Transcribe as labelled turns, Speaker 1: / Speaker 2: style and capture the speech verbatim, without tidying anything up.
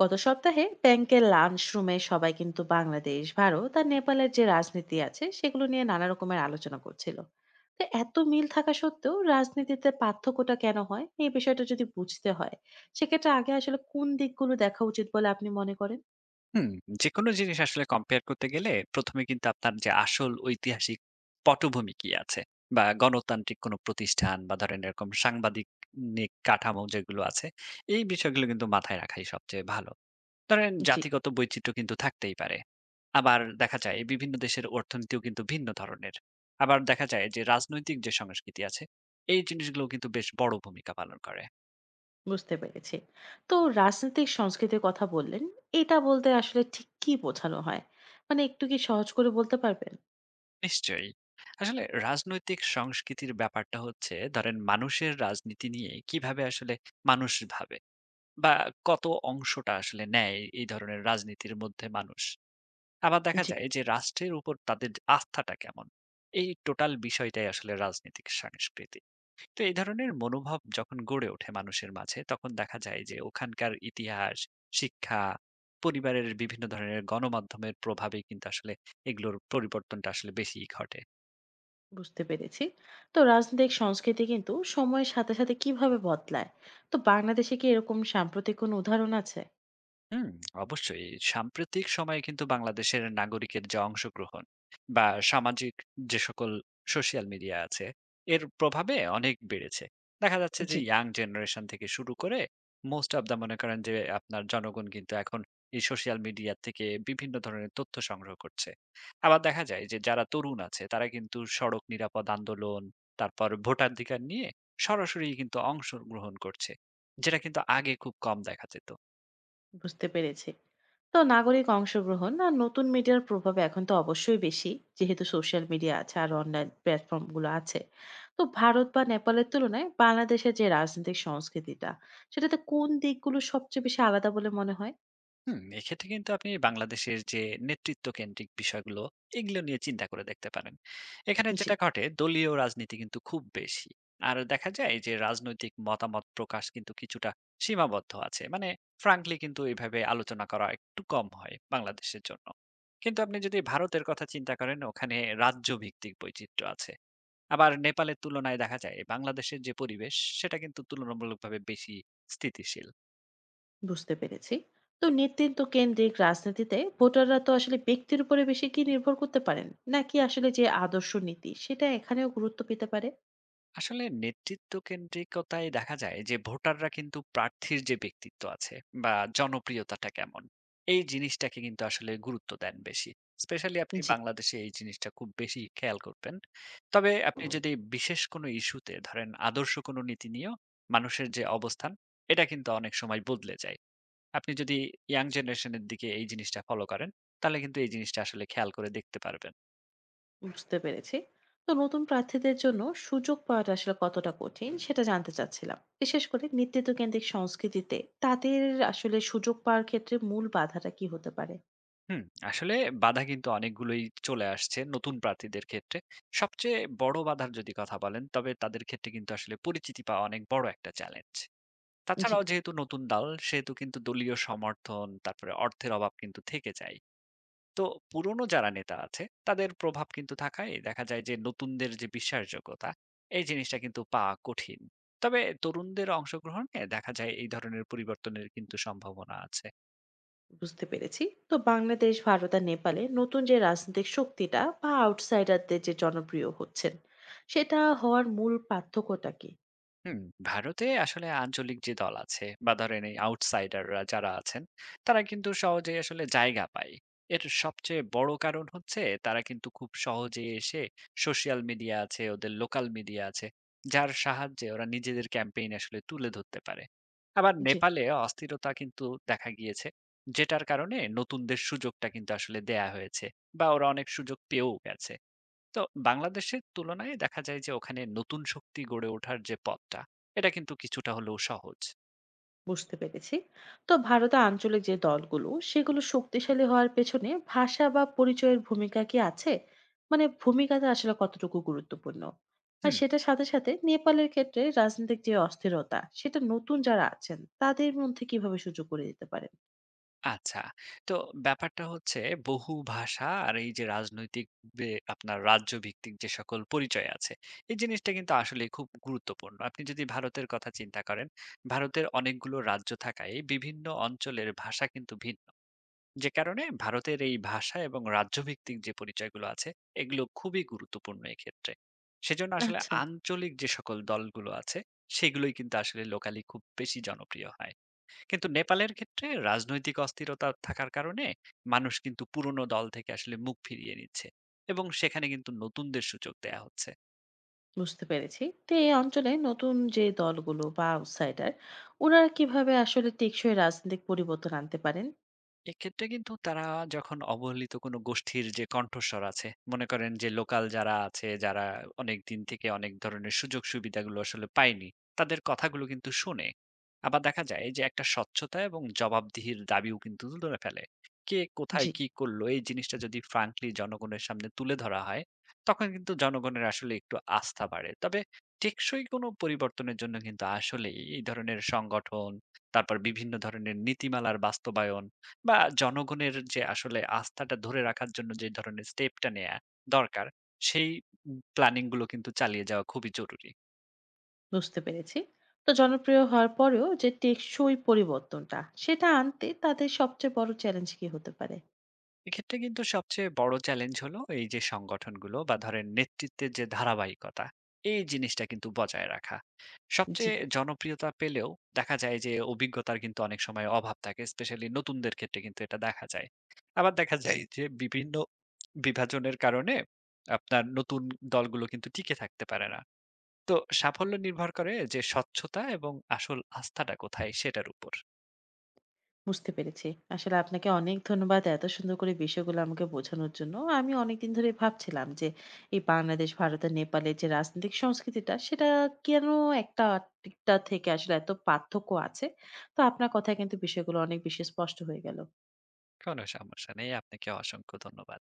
Speaker 1: গত সপ্তাহে ব্যাংকের লাঞ্চ রুমে সবাই কিন্তু বাংলাদেশ, ভারত আর নেপালের যে রাজনীতি আছে সেগুলো নিয়ে নানা রকমের আলোচনা করছিল। তো এত মিল থাকা সত্ত্বেও রাজনীতিতে পার্থক্যটা কেন হয়, এই বিষয়টা যদি বুঝতে হয় সেক্ষেত্রে আগে আসলে কোন দিকগুলো দেখা উচিত বলে আপনি মনে করেন?
Speaker 2: হুম, যেকোনো জিনিস আসলে কম্পেয়ার করতে গেলে প্রথমে কিন্তু আপনার যে আসল ঐতিহাসিক পটভূমি কি আছে, বা গণতান্ত্রিক কোনো প্রতিষ্ঠান বা ধরেন এরকম সাংবাদিক নিক কাঠামো যেগুলো আছে, এই বিষয়গুলো কিন্তু মাথায় রাখাই সবচেয়ে ভালো। ধরেন
Speaker 1: জি,
Speaker 2: জাতিগত বৈচিত্র্য কিন্তু থাকতেই পারে। আবার দেখা যায় বিভিন্ন দেশের অর্থনীতিও কিন্তু ভিন্ন ধরনের। আবার দেখা যায় যে রাজনৈতিক যে সংস্কৃতি আছে, এই জিনিসগুলো কিন্তু বেশ বড় ভূমিকা পালন করে।
Speaker 1: বুঝতে পেরেছি। তো রাজনৈতিক সংস্কৃতির কথা বললেন, এটা বলতে আসলে ঠিক কি বোঝানো হয়? মানে একটু কি সহজ করে বলতে পারবেন?
Speaker 2: নিশ্চয়ই। আসলে রাজনৈতিক সংস্কৃতির ব্যাপারটা হচ্ছে ধরেন মানুষের রাজনীতি নিয়ে কিভাবে আসলে মানুষ ভাবে, বা কত অংশটা আসলে নেয় এই ধরনের রাজনীতির মধ্যে মানুষ। আবার দেখা
Speaker 1: জি,
Speaker 2: যায় যে রাষ্ট্রের উপর তাদের আস্থাটা কেমন। এই টোটাল বিষয়টাই আসলে রাজনৈতিক সংস্কৃতি। তো এই ধরনের মনোভাব যখন গড়ে ওঠে মানুষের মাঝে তখন দেখা যায় যে ওখানকার ইতিহাস, শিক্ষা, পরিবারের বিভিন্ন ধরনের গণমাধ্যমের প্রভাবে কিন্তু আসলে এগুলোর পরিবর্তনটা আসলে বেশিই ঘটে।
Speaker 1: বুঝতে পেরেছি। তো রাজনৈতিক সংস্কৃতি কিন্তু সময়ের সাথে সাথে কিভাবে বদলায়, তো বাংলাদেশে কি এরকম সাম্প্রতিক কোনো উদাহরণ আছে?
Speaker 2: হুম, অবশ্যই। সাম্প্রতিক সময়ে কিন্তু বাংলাদেশের নাগরিকের যে অংশগ্রহণ বা সামাজিক যে সকল সোশ্যাল মিডিয়া আছে, এর প্রভাবে অনেক বেড়েছে। দেখা যাচ্ছে যে
Speaker 1: জি,
Speaker 2: ইয়াং জেনারেশন থেকে শুরু করে মোস্ট অফ দ্যা মনে করেন যে আপনার জনগণ কিন্তু এখন এই সোশ্যাল মিডিয়া থেকে বিভিন্ন ধরনের তথ্য সংগ্রহ করছে। আবার দেখা যায় যে যারা তরুণ আছে তারা কিন্তু সড়ক নিরাপদ আন্দোলন, তারপর ভোটাধিকার নিয়ে সরাসরি কিন্তু অংশগ্রহণ করছে। যেটা কিন্তু আগে খুব কম দেখা যেত।
Speaker 1: বুঝতে পেরেছি। তো নাগরিক অংশগ্রহণ আর নতুন মিডিয়ার প্রভাব এখন তো অবশ্যই বেশি, যেহেতু সোশ্যাল মিডিয়া আছে আর অনলাইন প্ল্যাটফর্ম গুলো আছে। তো ভারত বা নেপালের তুলনায় বাংলাদেশের যে রাজনৈতিক সংস্কৃতিটা, সেটাতে কোন দিকগুলো সবচেয়ে বেশি আলাদা বলে মনে হয়?
Speaker 2: হুম, এক্ষেত্রে কিন্তু আপনি বাংলাদেশের যে নেতৃত্ব কেন্দ্রিক বিষয়গুলো, এগুলো নিয়ে চিন্তা করে দেখতে পারেন। এখানে
Speaker 1: জি,
Speaker 2: যেটা ঘটে, দলীয় রাজনীতি কিন্তু খুব বেশি। আর দেখা যায় যে রাজনৈতিক মতামত প্রকাশ কিন্তু কিছুটা সীমাবদ্ধ আছে, মানে ফ্রাঙ্কলি কিন্তু এইভাবে আলোচনা করা একটু কম হয় বাংলাদেশের জন্য। কিন্তু আপনি যদি ভারতের কথা চিন্তা করেন, ওখানে রাজ্য ভিত্তিক বৈচিত্র্য আছে। আবার নেপালের তুলনায় দেখা যায় বাংলাদেশের যে পরিবেশ সেটা কিন্তু তুলনামূলকভাবে বেশি স্থিতিশীল।
Speaker 1: বুঝতে পেরেছি। তো নেতৃত্ব কেন্দ্রিক রাজনীতিতে ভোটাররা তো আসলে ব্যক্তির উপরে বেশি কি নির্ভর করতে পারেন, নাকি আসলে যে আদর্শ নীতি সেটা এখানেও গুরুত্ব পেতে পারে?
Speaker 2: আসলে নেতৃত্ব কেন্দ্রিকতায় দেখা যায় যে ভোটাররা কিন্তু প্রার্থীর যে ব্যক্তিত্ব আছে, বা জনপ্রিয়তাটা কেমন, এই জিনিসটাকে কিন্তু আসলে গুরুত্ব দেন বেশি। স্পেশালি আপনি
Speaker 1: জি,
Speaker 2: বাংলাদেশে এই জিনিসটা খুব বেশি খেয়াল করবেন। তবে আপনি যদি বিশেষ কোনো ইস্যুতে ধরেন আদর্শ কোনো নীতি নিয়েও মানুষের যে অবস্থান, এটা কিন্তু অনেক সময় বদলে যায়। আপনি যদি ইয়াং জেনারেশনের দিকে এই জিনিসটা ফলো করেন, তাহলে কিন্তু এই জিনিসটা আসলে খেয়াল করে দেখতে পারবেন।
Speaker 1: বুঝতে পেরেছি। তো নতুন প্রার্থীদের জন্য সুযোগ পাওয়াটা আসলে কতটা কঠিন সেটা জানতে চাচ্ছিলাম। বিশেষ করে নেতৃত্ব কেন্দ্রিক সংস্কৃতিতে তাদের আসলে সুযোগ পাওয়ার ক্ষেত্রে মূল বাধাটা কি হতে পারে?
Speaker 2: হুম, আসলে বাধা কিন্তু অনেকগুলোই চলে আসছে নতুন প্রার্থীদের ক্ষেত্রে। সবচেয়ে বড় বাধার যদি কথা বলেন, তবে তাদের ক্ষেত্রে কিন্তু আসলে পরিচিতি পাওয়া অনেক বড় একটা চ্যালেঞ্জ।
Speaker 1: জি,
Speaker 2: তাছাড়াও যেহেতু নতুন দল, সেহেতু কিন্তু দলীয় সমর্থন, তারপরে অর্থের অভাব কিন্তু থেকে যায়। তো পুরনো যারা নেতা আছে, তাদের প্রভাব কিন্তু থাকায় দেখা যায় যে নতুনদের যে বিশ্বাসযোগ্যতা, এই জিনিসটা কিন্তু পাওয়া কঠিন। তবে তরুণদের অংশগ্রহণে দেখা যায় এই ধরনের পরিবর্তনের কিন্তু সম্ভাবনা আছে।
Speaker 1: বুঝতে পেরেছি। তো বাংলাদেশ, ভারত আর নেপালে নতুন যে রাজনৈতিক শক্তিটা বা আউটসাইডারদের যে জনপ্রিয় হচ্ছেন, সেটা হওয়ার মূল পার্থক্যটা কি?
Speaker 2: হুম, ভারতে আসলে আঞ্চলিক যে দল আছে বা ধরেন এই আউটসাইডাররা যারা আছেন, তারা কিন্তু সহজেই আসলে জায়গা পায়। এর সবচেয়ে বড় কারণ হচ্ছে, তারা কিন্তু খুব সহজে এসে সোশ্যাল মিডিয়া আছে, ওদের লোকাল মিডিয়া আছে, যার সাহায্যে ওরা নিজেদের ক্যাম্পেইন আসলে তুলে ধরতে পারে। আবার
Speaker 1: জি,
Speaker 2: নেপালে অস্থিরতা কিন্তু দেখা গিয়েছে, যেটার কারণে নতুনদের সুযোগটা কিন্তু আসলে দেয়া হয়েছে, বা ওরা অনেক সুযোগ পেয়েও গেছে। তো বাংলাদেশের তুলনায় দেখা যায় যে ওখানে নতুন শক্তি গড়ে ওঠার যে পথটা, এটা কিন্তু কিছুটা হলেও সহজ।
Speaker 1: বুঝতে পেরেছি। তো ভারতে আঞ্চলিক যে দলগুলো সেগুলো শক্তিশালী হওয়ার পেছনে ভাষা বা পরিচয়ের ভূমিকা কি আছে? মানে ভূমিকাটা আসলে কতটুকু গুরুত্বপূর্ণ? আর
Speaker 2: হুম।
Speaker 1: সেটার সাথে সাথে নেপালের ক্ষেত্রে রাজনৈতিক যে অস্থিরতা, সেটা নতুন যারা আছেন তাদের মধ্যে কিভাবে সুযোগ করে দিতে পারেন?
Speaker 2: আচ্ছা। তো ব্যাপারটা হচ্ছে, বহু ভাষা আর এই যে রাজনৈতিক যে আপনার রাজ্য ভিত্তিক যে সকল পরিচয় আছে, এই জিনিসটা কিন্তু আসলে খুব গুরুত্বপূর্ণ। আপনি যদি ভারতের কথা চিন্তা করেন, ভারতের অনেকগুলো রাজ্য থাকায় বিভিন্ন অঞ্চলের ভাষা কিন্তু ভিন্ন, যে কারণে ভারতের এই ভাষা এবং রাজ্যভিত্তিক যে পরিচয়গুলো আছে, এগুলো খুবই গুরুত্বপূর্ণ এক্ষেত্রে। সেজন্য আসলে
Speaker 1: আচ্ছা,
Speaker 2: আঞ্চলিক যে সকল দলগুলো আছে, সেগুলোই কিন্তু আসলে লোকালি খুব বেশি জনপ্রিয় হয়। কিন্তু নেপালের ক্ষেত্রে রাজনৈতিক অস্থিরতা থাকার কারণে মানুষ কিন্তু পুরনো দল থেকে আসলে মুখ ফিরিয়ে নিচ্ছে, এবং সেখানে কিন্তু নতুনদের সুযোগ দেয়া হচ্ছে।
Speaker 1: বুঝতে পেরেছি। তো এই অঞ্চলে নতুন যে দলগুলো বা আউটসাইডার, ওনারা কিভাবে আসলে টেকসই রাজনৈতিক পরিবর্তন আনতে পারেন?
Speaker 2: এক্ষেত্রে কিন্তু তারা যখন অবহেলিত কোনো গোষ্ঠীর যে কণ্ঠস্বর আছে, মনে করেন যে লোকাল যারা আছে, যারা অনেকদিন থেকে অনেক ধরনের সুযোগ সুবিধাগুলো আসলে পায়নি, তাদের কথাগুলো কিন্তু শোনে। আবার দেখা যায় যে একটা স্বচ্ছতা এবং জবাবদিহির দাবিও কিন্তু তুলে ফেলে। কে
Speaker 1: জি,
Speaker 2: কোথায় কি করলো এই জিনিসটা যদি ফ্রাঙ্কলি জনগণের সামনে তুলে ধরা হয়, তখন কিন্তু জনগণের আসলে একটু আস্থা বাড়ে। তবে টেকসই কোনো পরিবর্তনের জন্য কিন্তু আসলেই এই ধরনের সংগঠন, তারপর বিভিন্ন ধরনের নীতিমালার বাস্তবায়ন, বা জনগণের যে আসলে আস্থাটা ধরে রাখার জন্য যে ধরনের স্টেপটা নেয়া দরকার, সেই প্ল্যানিং গুলো কিন্তু চালিয়ে যাওয়া খুবই জরুরি।
Speaker 1: বুঝতে পেরেছি। তো জনপ্রিয় হওয়ার পরেও যে টেকসই পরিবর্তনটা, সেটা আনতে তাদের সবচেয়ে বড় চ্যালেঞ্জ কি হতে পারে?
Speaker 2: এক্ষেত্রে কিন্তু সবচেয়ে বড় চ্যালেঞ্জ হলো এই যে সংগঠনগুলো বা ধরেন নেতৃত্বের যে ধারাবাহিকতা, এই জিনিসটা কিন্তু বজায় রাখা।
Speaker 1: জি,
Speaker 2: সবচেয়ে জনপ্রিয়তা পেলেও দেখা যায় যে অভিজ্ঞতার কিন্তু অনেক সময় অভাব থাকে। স্পেশালি নতুনদের ক্ষেত্রে কিন্তু এটা দেখা যায়। আবার দেখা যায় যে বিভিন্ন বিভাজনের কারণে আপনার নতুন দলগুলো কিন্তু টিকে থাকতে পারে না। তো সাফল্য নির্ভর করে যে স্বচ্ছতা এবং আসল আস্থাটা কোথায় সেটার উপর।
Speaker 1: বুঝতে পেরেছি। আসলে আপনাকে অনেক ধন্যবাদ এত সুন্দর করে বিষয়গুলো আমাকে বোঝানোর জন্য। আমি অনেকদিন ধরে ভাবছিলাম যে এই বাংলাদেশ, ভারত আর নেপালের যে রাজনৈতিক সংস্কৃতিটা সেটা কেন একটা আরেকটা থেকে আসলে এত পার্থক্য আছে। তো আপনার কথায় কিন্তু বিষয়গুলো অনেক বেশি স্পষ্ট হয়ে গেল।
Speaker 2: কোনো সমস্যা নেই। আপনাকে অসংখ্য ধন্যবাদ।